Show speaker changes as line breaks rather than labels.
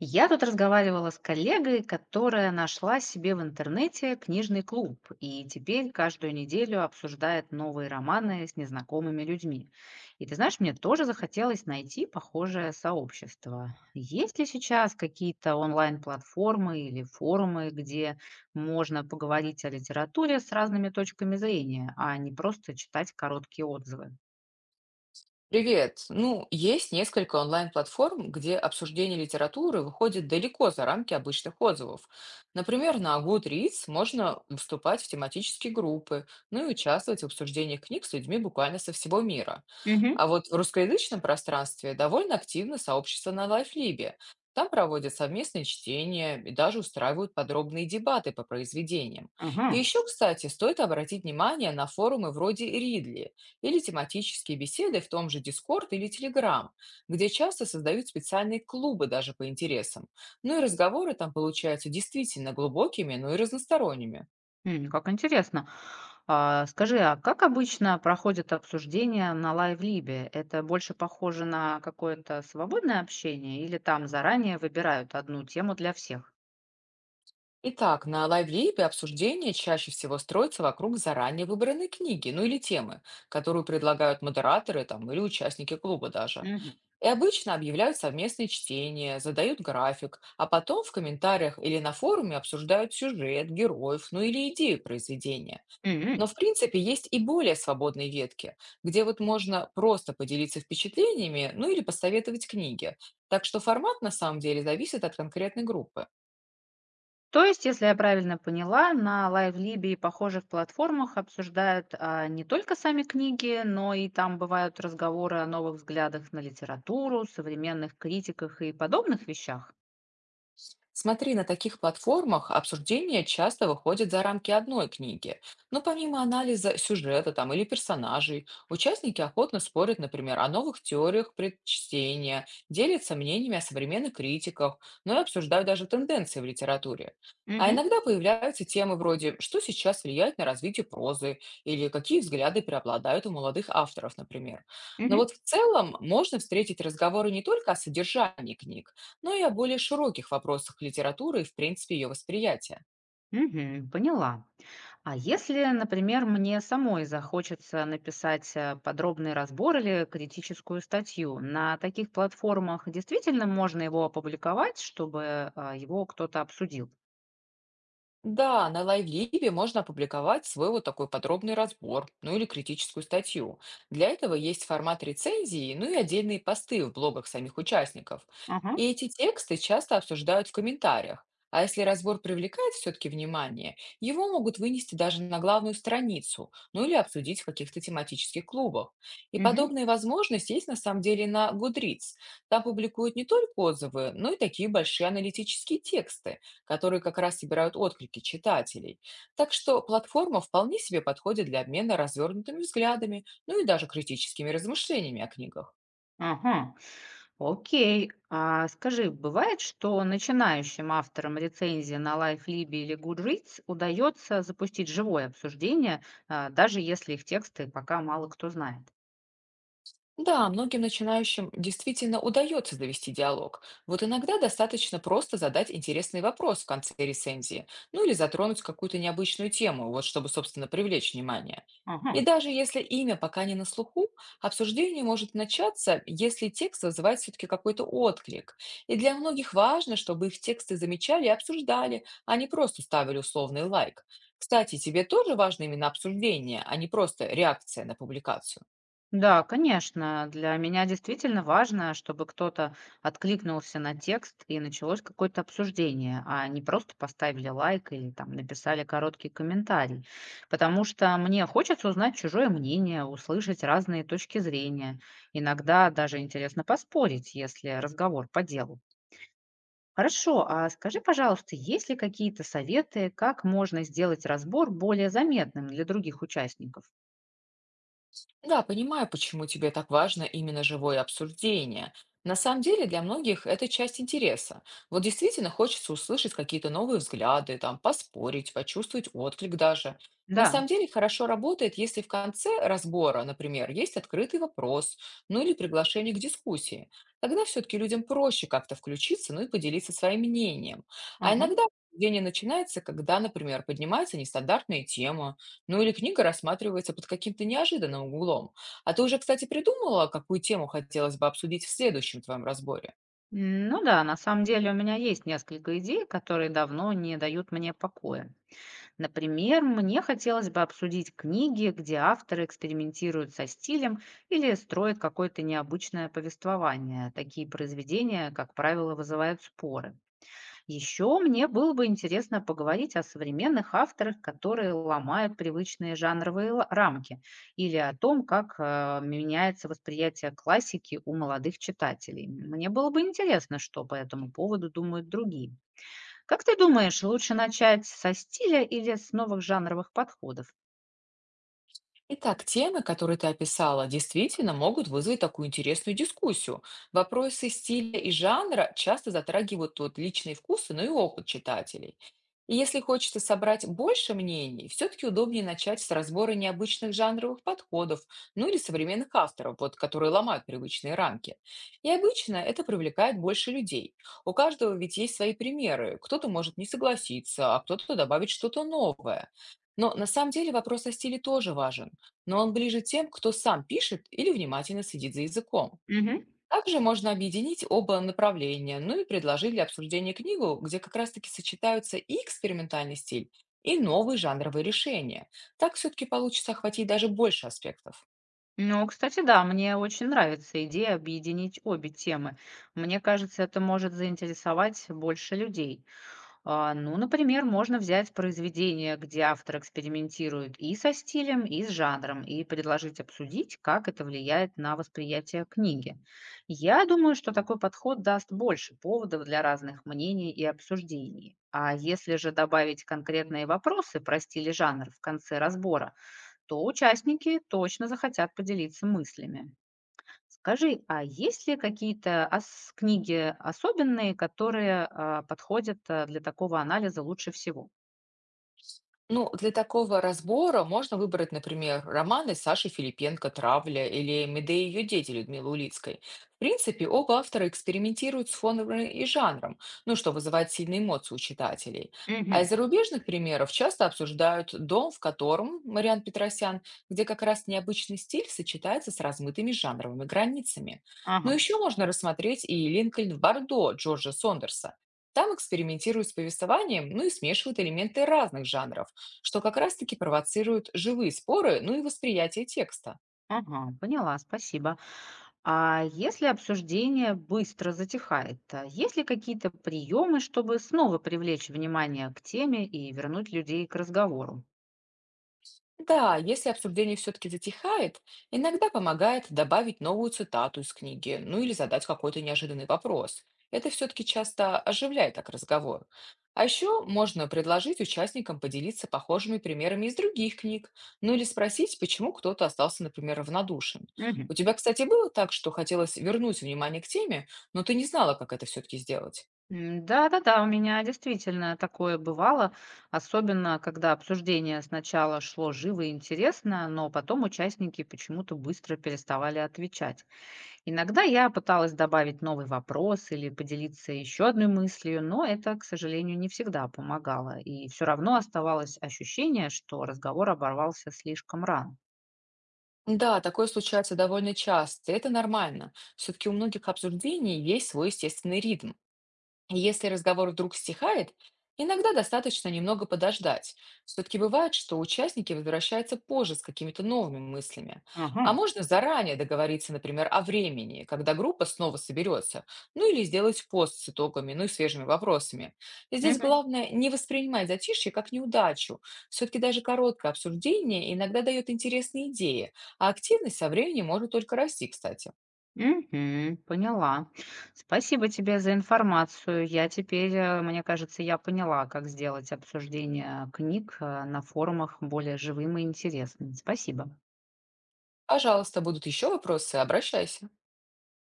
Я тут разговаривала с коллегой, которая нашла себе в интернете книжный клуб и теперь каждую неделю обсуждает новые романы с незнакомыми людьми. И ты знаешь, мне тоже захотелось найти похожее сообщество. Есть ли сейчас какие-то онлайн-платформы или форумы, где можно поговорить о литературе с разными точками зрения, а не просто читать короткие отзывы?
Привет. Ну, есть несколько онлайн-платформ, где обсуждение литературы выходит далеко за рамки обычных отзывов. Например, на Goodreads можно вступать в тематические группы, ну и участвовать в обсуждениях книг с людьми буквально со всего мира.
Мгм.
А вот в русскоязычном пространстве довольно активно сообщество на Лайфлибе. Там проводят совместные чтения и даже устраивают подробные дебаты по произведениям. И
Ага.
еще, кстати, стоит обратить внимание на форумы вроде Ридли или тематические беседы в том же Discord или Telegram, где часто создают специальные клубы даже по интересам. Ну и разговоры там получаются действительно глубокими, но и разносторонними.
Как интересно. А, скажи, а как обычно проходит обсуждение на лайв-либе? Это больше похоже на какое-то свободное общение или там заранее выбирают одну тему для всех?
Итак, на лайвлипе обсуждение чаще всего строится вокруг заранее выбранной книги, ну или темы, которую предлагают модераторы там, или участники клуба даже.
Мгм.
И обычно объявляют совместные чтения, задают график, а потом в комментариях или на форуме обсуждают сюжет, героев, ну или идею произведения. Но,
Мгм.
в принципе, есть и более свободные ветки, где вот можно просто поделиться впечатлениями, ну или посоветовать книги. Так что формат на самом деле зависит от конкретной группы.
То есть, если я правильно поняла, на лайв и похожих платформах обсуждают не только сами книги, но и там бывают разговоры о новых взглядах на литературу, современных критиках и подобных вещах?
Смотри, на таких платформах обсуждения часто выходят за рамки одной книги. Но помимо анализа сюжета там, или персонажей, участники охотно спорят, например, о новых теориях предчтения, делятся мнениями о современных критиках, но и обсуждают даже тенденции в литературе. А
Мгм.
иногда появляются темы вроде «Что сейчас влияет на развитие прозы?» или «Какие взгляды преобладают у молодых авторов?», например. Но
Мгм.
вот в целом можно встретить разговоры не только о содержании книг, но и о более широких вопросах литературы и, в принципе, ее восприятия.
Мгм. Поняла. А если, например, мне самой захочется написать подробный разбор или критическую статью, на таких платформах действительно можно его опубликовать, чтобы его кто-то обсудил?
Да, на Лайвливе можно опубликовать свой вот такой подробный разбор, ну или критическую статью. Для этого есть формат рецензии, ну и отдельные посты в блогах самих участников.
Ага,
И эти тексты часто обсуждают в комментариях. А если разбор привлекает все-таки внимание, его могут вынести даже на главную страницу, ну или обсудить в каких-то тематических клубах. И
мгм.
подобные возможности есть на самом деле на Goodreads. Там публикуют не только отзывы, но и такие большие аналитические тексты, которые как раз собирают отклики читателей. Так что платформа вполне себе подходит для обмена развернутыми взглядами, ну и даже критическими размышлениями о книгах.
Ага, окей. А скажи, бывает, что начинающим авторам рецензии на LifeLib или Goodreads удается запустить живое обсуждение, даже если их тексты пока мало кто знает?
Да, многим начинающим действительно удается завести диалог. Вот иногда достаточно просто задать интересный вопрос в конце рецензии, ну или затронуть какую-то необычную тему, вот чтобы, собственно, привлечь внимание. И
Ага.
даже если имя пока не на слуху, обсуждение может начаться, если текст вызывает все-таки какой-то отклик. И для многих важно, чтобы их тексты замечали и обсуждали, а не просто ставили условный лайк. Кстати, тебе тоже важно именно обсуждение, а не просто реакция на публикацию.
Да, конечно. Для меня действительно важно, чтобы кто-то откликнулся на текст и началось какое-то обсуждение, а не просто поставили лайк или там написали короткий комментарий. Потому что мне хочется узнать чужое мнение, услышать разные точки зрения. Иногда даже интересно поспорить, если разговор по делу. Хорошо, а скажи, пожалуйста, есть ли какие-то советы, как можно сделать разбор более заметным для других участников?
Да, понимаю, почему тебе так важно именно живое обсуждение. На самом деле для многих это часть интереса. Вот действительно хочется услышать какие-то новые взгляды, там, поспорить, почувствовать отклик даже. На самом
Да.
деле хорошо работает, если в конце разбора, например, есть открытый вопрос, ну или приглашение к дискуссии. Тогда все-таки людям проще как-то включиться, ну и поделиться своим мнением. А
Ага.
иногда обсуждение начинается, когда, например, поднимается нестандартная тема, ну или книга рассматривается под каким-то неожиданным углом. А ты уже, кстати, придумала, какую тему хотелось бы обсудить в следующем твоем разборе?
М, ну да, на самом деле у меня есть несколько идей, которые давно не дают мне покоя. Например, мне хотелось бы обсудить книги, где авторы экспериментируют со стилем или строят какое-то необычное повествование. Такие произведения, как правило, вызывают споры. Еще мне было бы интересно поговорить о современных авторах, которые ломают привычные жанровые рамки, или о том, как меняется восприятие классики у молодых читателей. Мне было бы интересно, что по этому поводу думают другие. Как ты думаешь, лучше начать со стиля или с новых жанровых подходов?
Итак, темы, которые ты описала, действительно могут вызвать такую интересную дискуссию. Вопросы стиля и жанра часто затрагивают вот личные вкусы, но и опыт читателей. И если хочется собрать больше мнений, все-таки удобнее начать с разбора необычных жанровых подходов, ну или современных авторов, вот, которые ломают привычные рамки. И обычно это привлекает больше людей. У каждого ведь есть свои примеры. Кто-то может не согласиться, а кто-то добавить что-то новое. Но на самом деле вопрос о стиле тоже важен, но он ближе тем, кто сам пишет или внимательно следит за языком.
Мгм.
Также можно объединить оба направления, ну и предложить для обсуждения книгу, где как раз-таки сочетаются и экспериментальный стиль, и новые жанровые решения. Так все-таки получится охватить даже больше аспектов.
Ну, кстати, да, мне очень нравится идея объединить обе темы. Мне кажется, это может заинтересовать больше людей. А, ну, например, можно взять произведение, где автор экспериментирует и со стилем, и с жанром, и предложить обсудить, как это влияет на восприятие книги. Я думаю, что такой подход даст больше поводов для разных мнений и обсуждений. А если же добавить конкретные вопросы про стиль и жанр в конце разбора, то участники точно захотят поделиться мыслями. Скажи, а есть ли какие-то книги особенные, которые подходят для такого анализа лучше всего?
Ну, для такого разбора можно выбрать, например, романы Саши Филипенко «Травля» или «Медеи и ее дети» Людмилы Улицкой. В принципе, оба автора экспериментируют с фоном и жанром, ну, что вызывает сильные эмоции у читателей. А
Мгм.
из зарубежных примеров часто обсуждают «Дом, в котором» Мариан Петросян, где как раз необычный стиль сочетается с размытыми жанровыми границами. Но
Ага.
еще можно рассмотреть и «Линкольн в Бордо» Джорджа Сондерса. Там экспериментируют с повествованием, ну и смешивают элементы разных жанров, что как раз-таки провоцирует живые споры, ну и восприятие текста.
Ага, поняла, спасибо. А если обсуждение быстро затихает, есть ли какие-то приемы, чтобы снова привлечь внимание к теме и вернуть людей к разговору?
Да, если обсуждение все-таки затихает, иногда помогает добавить новую цитату из книги, ну или задать какой-то неожиданный вопрос. Это все-таки часто оживляет так разговор. А еще можно предложить участникам поделиться похожими примерами из других книг, ну или спросить, почему кто-то остался, например, равнодушен.
Мгм.
У тебя, кстати, было так, что хотелось вернуть внимание к теме, но ты не знала, как это все-таки сделать?
Да-да-да, у меня действительно такое бывало, особенно когда обсуждение сначала шло живо и интересно, но потом участники почему-то быстро переставали отвечать. Иногда я пыталась добавить новый вопрос или поделиться еще одной мыслью, но это, к сожалению, не всегда помогало, и все равно оставалось ощущение, что разговор оборвался слишком рано.
Да, такое случается довольно часто, и это нормально. Все-таки у многих обсуждений есть свой естественный ритм. Если разговор вдруг стихает, иногда достаточно немного подождать. Все-таки бывает, что участники возвращаются позже с какими-то новыми мыслями.
Ага.
А можно заранее договориться, например, о времени, когда группа снова соберется, ну или сделать пост с итогами, ну и свежими вопросами. Здесь главное не воспринимать затишье как неудачу. Все-таки даже короткое обсуждение иногда дает интересные идеи, а активность со временем может только расти, кстати.
Мгм. Поняла. Спасибо тебе за информацию. Я теперь, э, мне кажется, я поняла, как сделать обсуждение книг на форумах более живым и интересным. Спасибо.
Пожалуйста, будут еще вопросы, обращайся.